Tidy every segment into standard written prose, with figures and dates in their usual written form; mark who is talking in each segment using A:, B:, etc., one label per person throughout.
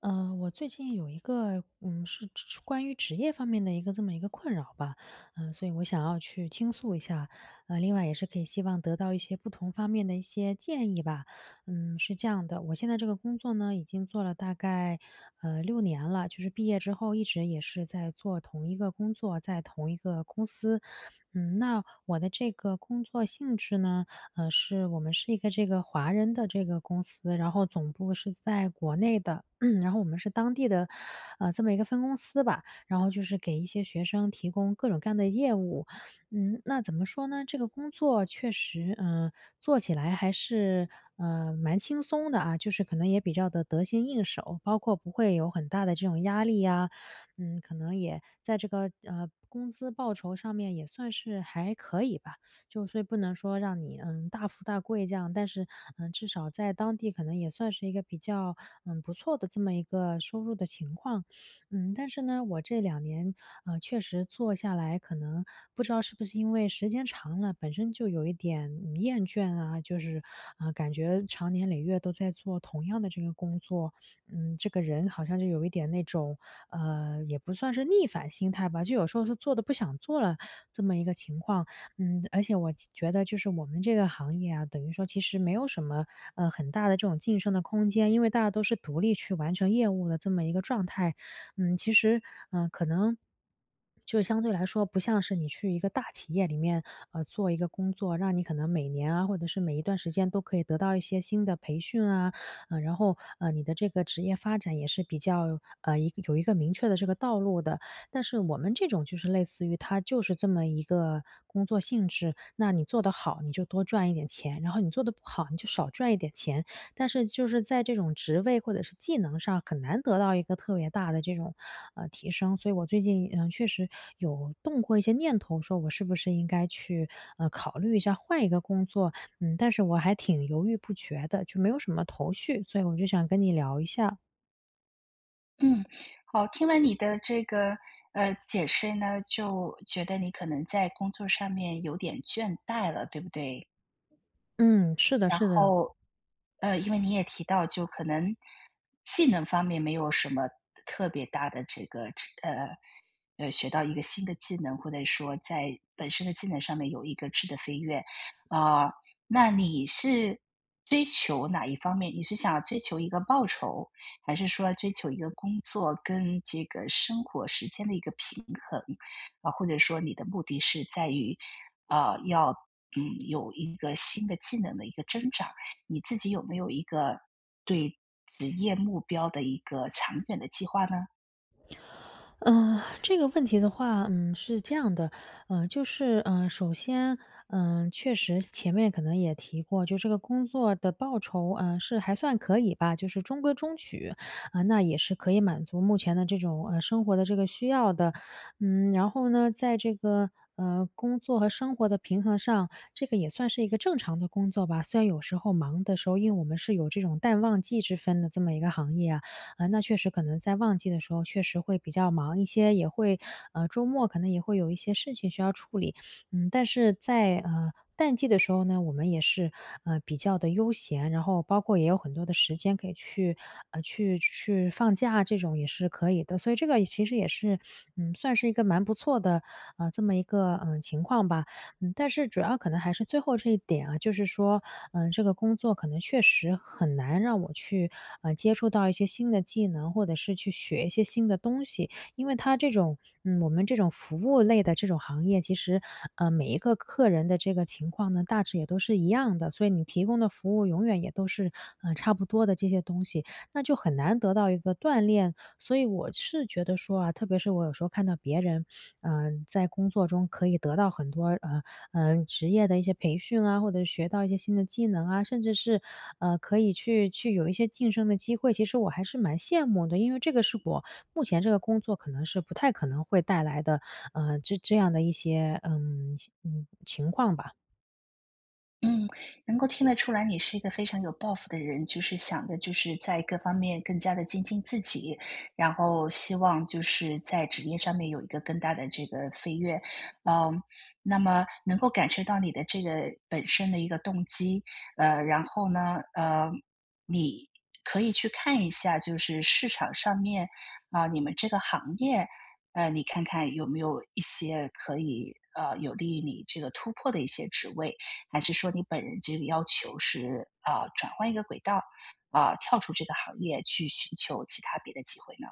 A: 我最近有一个，是关于职业方面的一个这么一个困扰吧，所以我想要去倾诉一下，另外也是可以希望得到一些不同方面的一些建议吧。是这样的，我现在这个工作呢，已经做了大概6年了，就是毕业之后一直也是在做同一个工作，在同一个公司。嗯，那我的这个工作性质呢？是我们是一个这个华人的这个公司，然后总部是在国内的，然后我们是当地的，这么一个分公司吧，然后就是给一些学生提供各种各样的业务。那怎么说呢？这个工作确实，做起来还是蛮轻松的啊，就是可能也比较的得心应手，包括不会有很大的这种压力呀、嗯，可能也在这个工资报酬上面也算是还可以吧。就所以不能说让你大富大贵这样，但是至少在当地可能也算是一个比较不错的这么一个收入的情况，但是呢，我这两年确实做下来，可能不知道是不是因为时间长了，本身就有一点厌倦啊，就是感觉长年累月都在做同样的这个工作，这个人好像就有一点那种也不算是逆反心态吧，就有时候是做的不想做了这么一个情况。嗯，而且我觉得就是我们这个行业啊，等于说其实没有什么，很大的这种晋升的空间，因为大家都是独立去完成业务的这么一个状态。嗯，其实，可能就相对来说，不像是你去一个大企业里面，做一个工作，让你可能每年啊，或者是每一段时间都可以得到一些新的培训啊，嗯，然后，你的这个职业发展也是比较，有一个明确的这个道路的。但是我们这种就是类似于它就是这么一个工作性质，那你做得好，你就多赚一点钱，然后你做得不好，你就少赚一点钱。但是就是在这种职位或者是技能上，很难得到一个特别大的这种，提升。所以我最近，确实有动过一些念头，说我是不是应该去，考虑一下换一个工作，嗯，但是我还挺犹豫不决的，就没有什么头绪，所以我就想跟你聊一下。
B: 嗯，好，听完你的这个解释呢，就觉得你可能在工作上面有点倦怠了，对不对？
A: 嗯，是的是的。
B: 呃，因为你也提到，就可能技能方面没有什么特别大的这个呃学到一个新的技能，或者说在本身的技能上面有一个质的飞跃。啊、呃那你是追求哪一方面？你是想追求一个报酬，还是说追求一个工作跟这个生活时间的一个平衡？或者说你的目的是在于，啊，要有一个新的技能的一个增长？你自己有没有一个对职业目标的一个长远的计划呢？
A: 这个问题的话，嗯，是这样的，首先，确实前面可能也提过，就这个工作的报酬，是还算可以吧，就是中规中矩，啊、那也是可以满足目前的这种生活的这个需要的，嗯，然后呢，在这个工作和生活的平衡上，这个也算是一个正常的工作吧，虽然有时候忙的时候，因为我们是有这种淡旺季之分的这么一个行业啊。啊，那确实可能在旺季的时候确实会比较忙一些，也会周末可能也会有一些事情需要处理。嗯，但是在淡季的时候呢，我们也是，比较的悠闲，然后包括也有很多的时间可以去去放假啊这种也是可以的。所以这个也其实也是，嗯，算是一个蛮不错的，这么一个，情况吧。嗯，但是主要可能还是最后这一点啊，就是说，嗯，这个工作可能确实很难让我去，接触到一些新的技能，或者是去学一些新的东西。因为它这种，嗯，我们这种服务类的这种行业，其实，每一个客人的这个情况呢，大致也都是一样的，所以你提供的服务永远也都是差不多的这些东西，那就很难得到一个锻炼。所以我是觉得说啊，特别是我有时候看到别人，在工作中可以得到很多职业的一些培训啊，或者学到一些新的技能啊，甚至是可以去有一些晋升的机会，其实我还是蛮羡慕的，因为这个是我目前这个工作可能是不太可能会带来的，这样的一些情况吧。
B: 嗯，能够听得出来，你是一个非常有抱负的人，就是想的就是在各方面更加的精进自己，然后希望就是在职业上面有一个更大的这个飞跃。嗯，那么能够感受到你的这个本身的一个动机。然后呢，呃，你可以去看一下，就是市场上面，啊，你们这个行业，你看看有没有一些可以有利于你这个突破的一些职位。还是说你本人这个要求是转换一个轨道，跳出这个行业去寻求其他别的机会呢？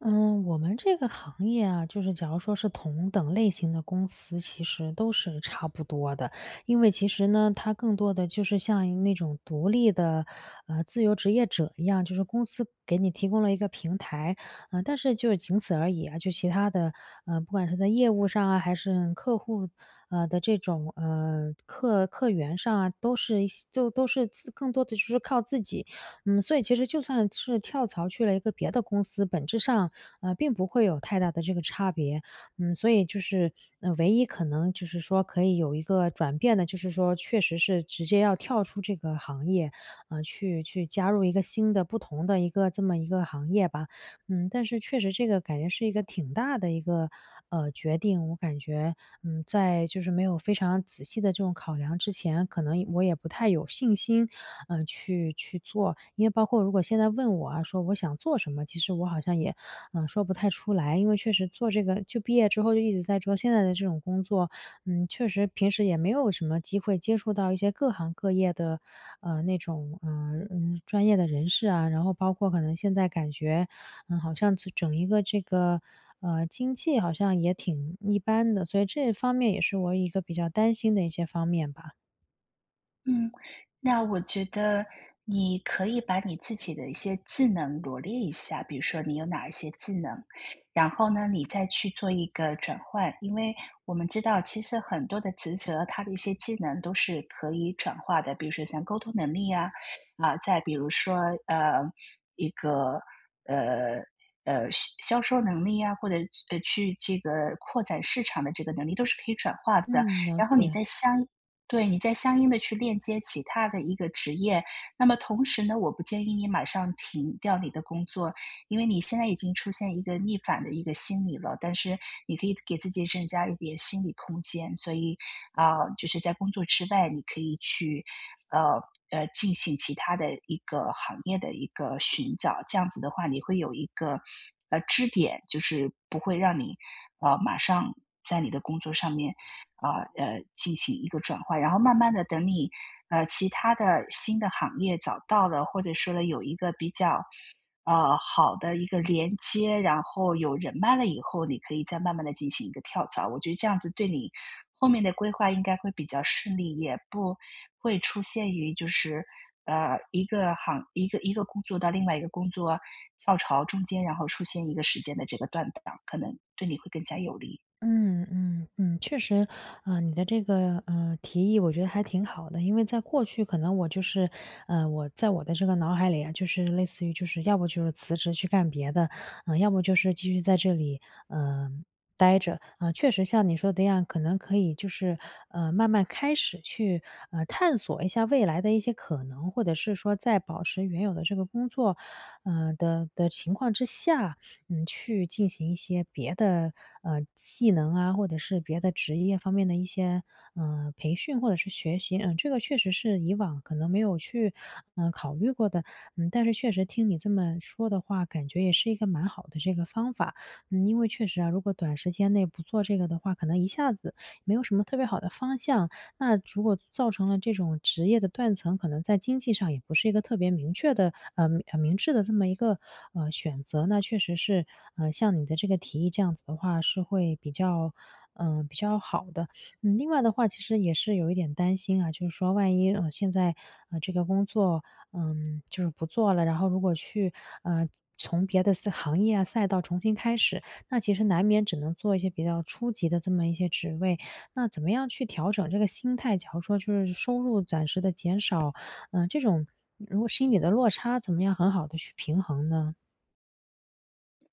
A: 嗯，我们这个行业啊，就是假如说是同等类型的公司，其实都是差不多的。因为其实呢，它更多的就是像那种独立的，自由职业者一样，就是公司给你提供了一个平台，啊、但是就仅此而已啊。就其他的，不管是在业务上啊，还是客户，的这种客源上啊，都是一些就都是更多的就是靠自己。嗯，所以其实就算是跳槽去了一个别的公司，本质上，并不会有太大的这个差别。嗯，所以就是，唯一可能就是说可以有一个转变的，就是说确实是直接要跳出这个行业，去加入一个新的、不同的一个这么一个行业吧。嗯，但是确实这个感觉是一个挺大的一个，决定，我感觉，嗯，在就是没有非常仔细的这种考量之前，可能我也不太有信心，去做。因为包括如果现在问我啊，说我想做什么，其实我好像也，说不太出来。因为确实做这个，就毕业之后就一直在做现在的这种工作，嗯，确实平时也没有什么机会接触到一些各行各业的，那种专业的人士啊。然后包括可能现在感觉。嗯，好像这整一个这个，经济好像也挺一般的，所以这方面也是我一个比较担心的一些方面吧。
B: 嗯，那我觉得你可以把你自己的一些技能罗列一下，比如说你有哪一些技能，然后呢，你再去做一个转换。因为我们知道，其实很多的职责，它的一些技能都是可以转化的，比如说像沟通能力啊，啊，再比如说呃，一个呃销售能力啊，或者去这个扩展市场的这个能力，都是可以转化的。
A: 嗯，了
B: 然后
A: 解。
B: 你再相应的去链接其他的一个职业。那么同时呢，我不建议你马上停掉你的工作，因为你现在已经出现一个逆反的一个心理了，但是你可以给自己增加一点心理空间，所以就是在工作之外，你可以去呃进行其他的一个行业的一个寻找，这样子的话，你会有一个支点，就是不会让你马上在你的工作上面进行一个转换，然后慢慢的等你其他的新的行业找到了，或者说了有一个比较呃，好的一个连接，然后有人脉了以后，你可以再慢慢的进行一个跳槽。我觉得这样子对你后面的规划应该会比较顺利，也不会出现于就是，呃，一个行一个一个工作到另外一个工作跳槽中间，然后出现一个时间的这个断档，可能对你会更加有利。
A: 嗯嗯嗯，确实，啊，你的这个提议，我觉得还挺好的。因为在过去，可能我就是，我在我的这个脑海里啊，就是类似于，就是要不就是辞职去干别的，要不就是继续在这里，嗯、待着。啊、确实像你说的一样，可能可以就是，慢慢开始去，探索一下未来的一些可能，或者是说在保持原有的这个工作，的情况之下，嗯，去进行一些别的，技能啊，或者是别的职业方面的一些，培训或者是学习。嗯，这个确实是以往可能没有去考虑过的。嗯，但是确实听你这么说的话，感觉也是一个蛮好的这个方法。嗯，因为确实啊，如果短时间内不做这个的话，可能一下子没有什么特别好的方向，那如果造成了这种职业的断层，可能在经济上也不是一个特别明确的，明智的这么一个，选择。那确实是，像你的这个提议这样子的话是会比较比较好的。嗯，另外的话其实也是有一点担心啊，就是说万一，现在，这个工作，嗯，就是不做了，然后如果去，呃，从别的行业啊、赛道重新开始，那其实难免只能做一些比较初级的这么一些职位，那怎么样去调整这个心态？假如说就是收入暂时的减少，嗯，这种如果心理的落差，怎么样很好的去平衡呢？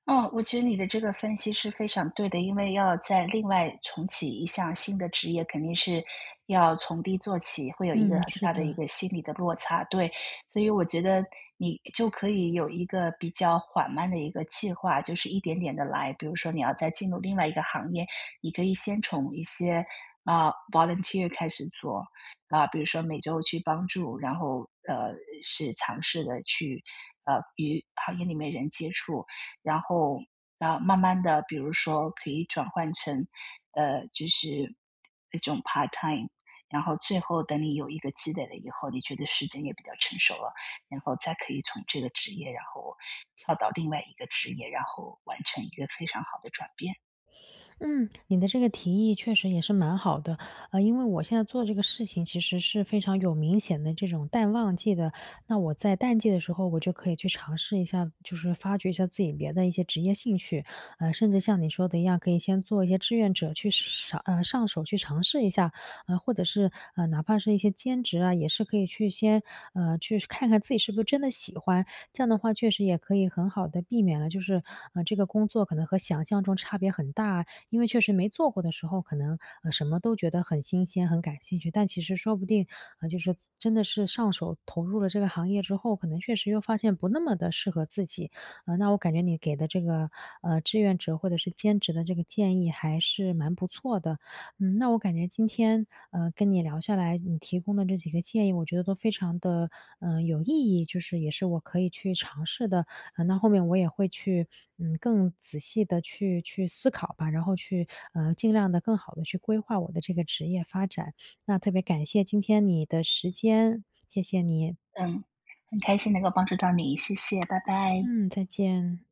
B: 嗯，我觉得你的这个分析是非常对的，因为要再另外重启一项新的职业，肯定是要从低做起，会有一个
A: 嗯，
B: 很
A: 是
B: 大的一
A: 的。
B: 个心理的落差，对。所以我觉得你就可以有一个比较缓慢的一个计划，就是一点点的来。比如说你要再进入另外一个行业，你可以先从一些啊，，volunteer 开始做。啊，比如说每周去帮助，然后，呃，是尝试的去，与行业里面人接触。然后啊，慢慢的，比如说可以转换成就是那种 part time，然后最后等你有一个积累了以后，你觉得时间也比较成熟了，然后再可以从这个职业，然后跳到另外一个职业，然后完成一个非常好的转变。
A: 嗯，你的这个提议确实也是蛮好的，因为我现在做这个事情其实是非常有明显的这种淡旺季的，那我在淡季的时候，我就可以去尝试一下，就是发掘一下自己别的一些职业兴趣，甚至像你说的一样，可以先做一些志愿者上手去尝试一下，或者是哪怕是一些兼职啊，也是可以去先看看自己是不是真的喜欢，这样的话确实也可以很好的避免了，就是这个工作可能和想象中差别很大啊，因为确实没做过的时候，可能，什么都觉得很新鲜、很感兴趣，但其实说不定，就是真的是上手投入了这个行业之后，可能确实又发现不那么的适合自己。那我感觉你给的这个，志愿者或者是兼职的这个建议还是蛮不错的。嗯，那我感觉今天，跟你聊下来，你提供的这几个建议，我觉得都非常的有意义，就是也是我可以去尝试的。啊，那后面我也会去，嗯，更仔细的去思考吧，然后去，尽量的更好的去规划我的这个职业发展。那特别感谢今天你的时间，谢谢你。
B: 嗯，很开心能够帮助到你，谢谢，拜拜。
A: 嗯，再见。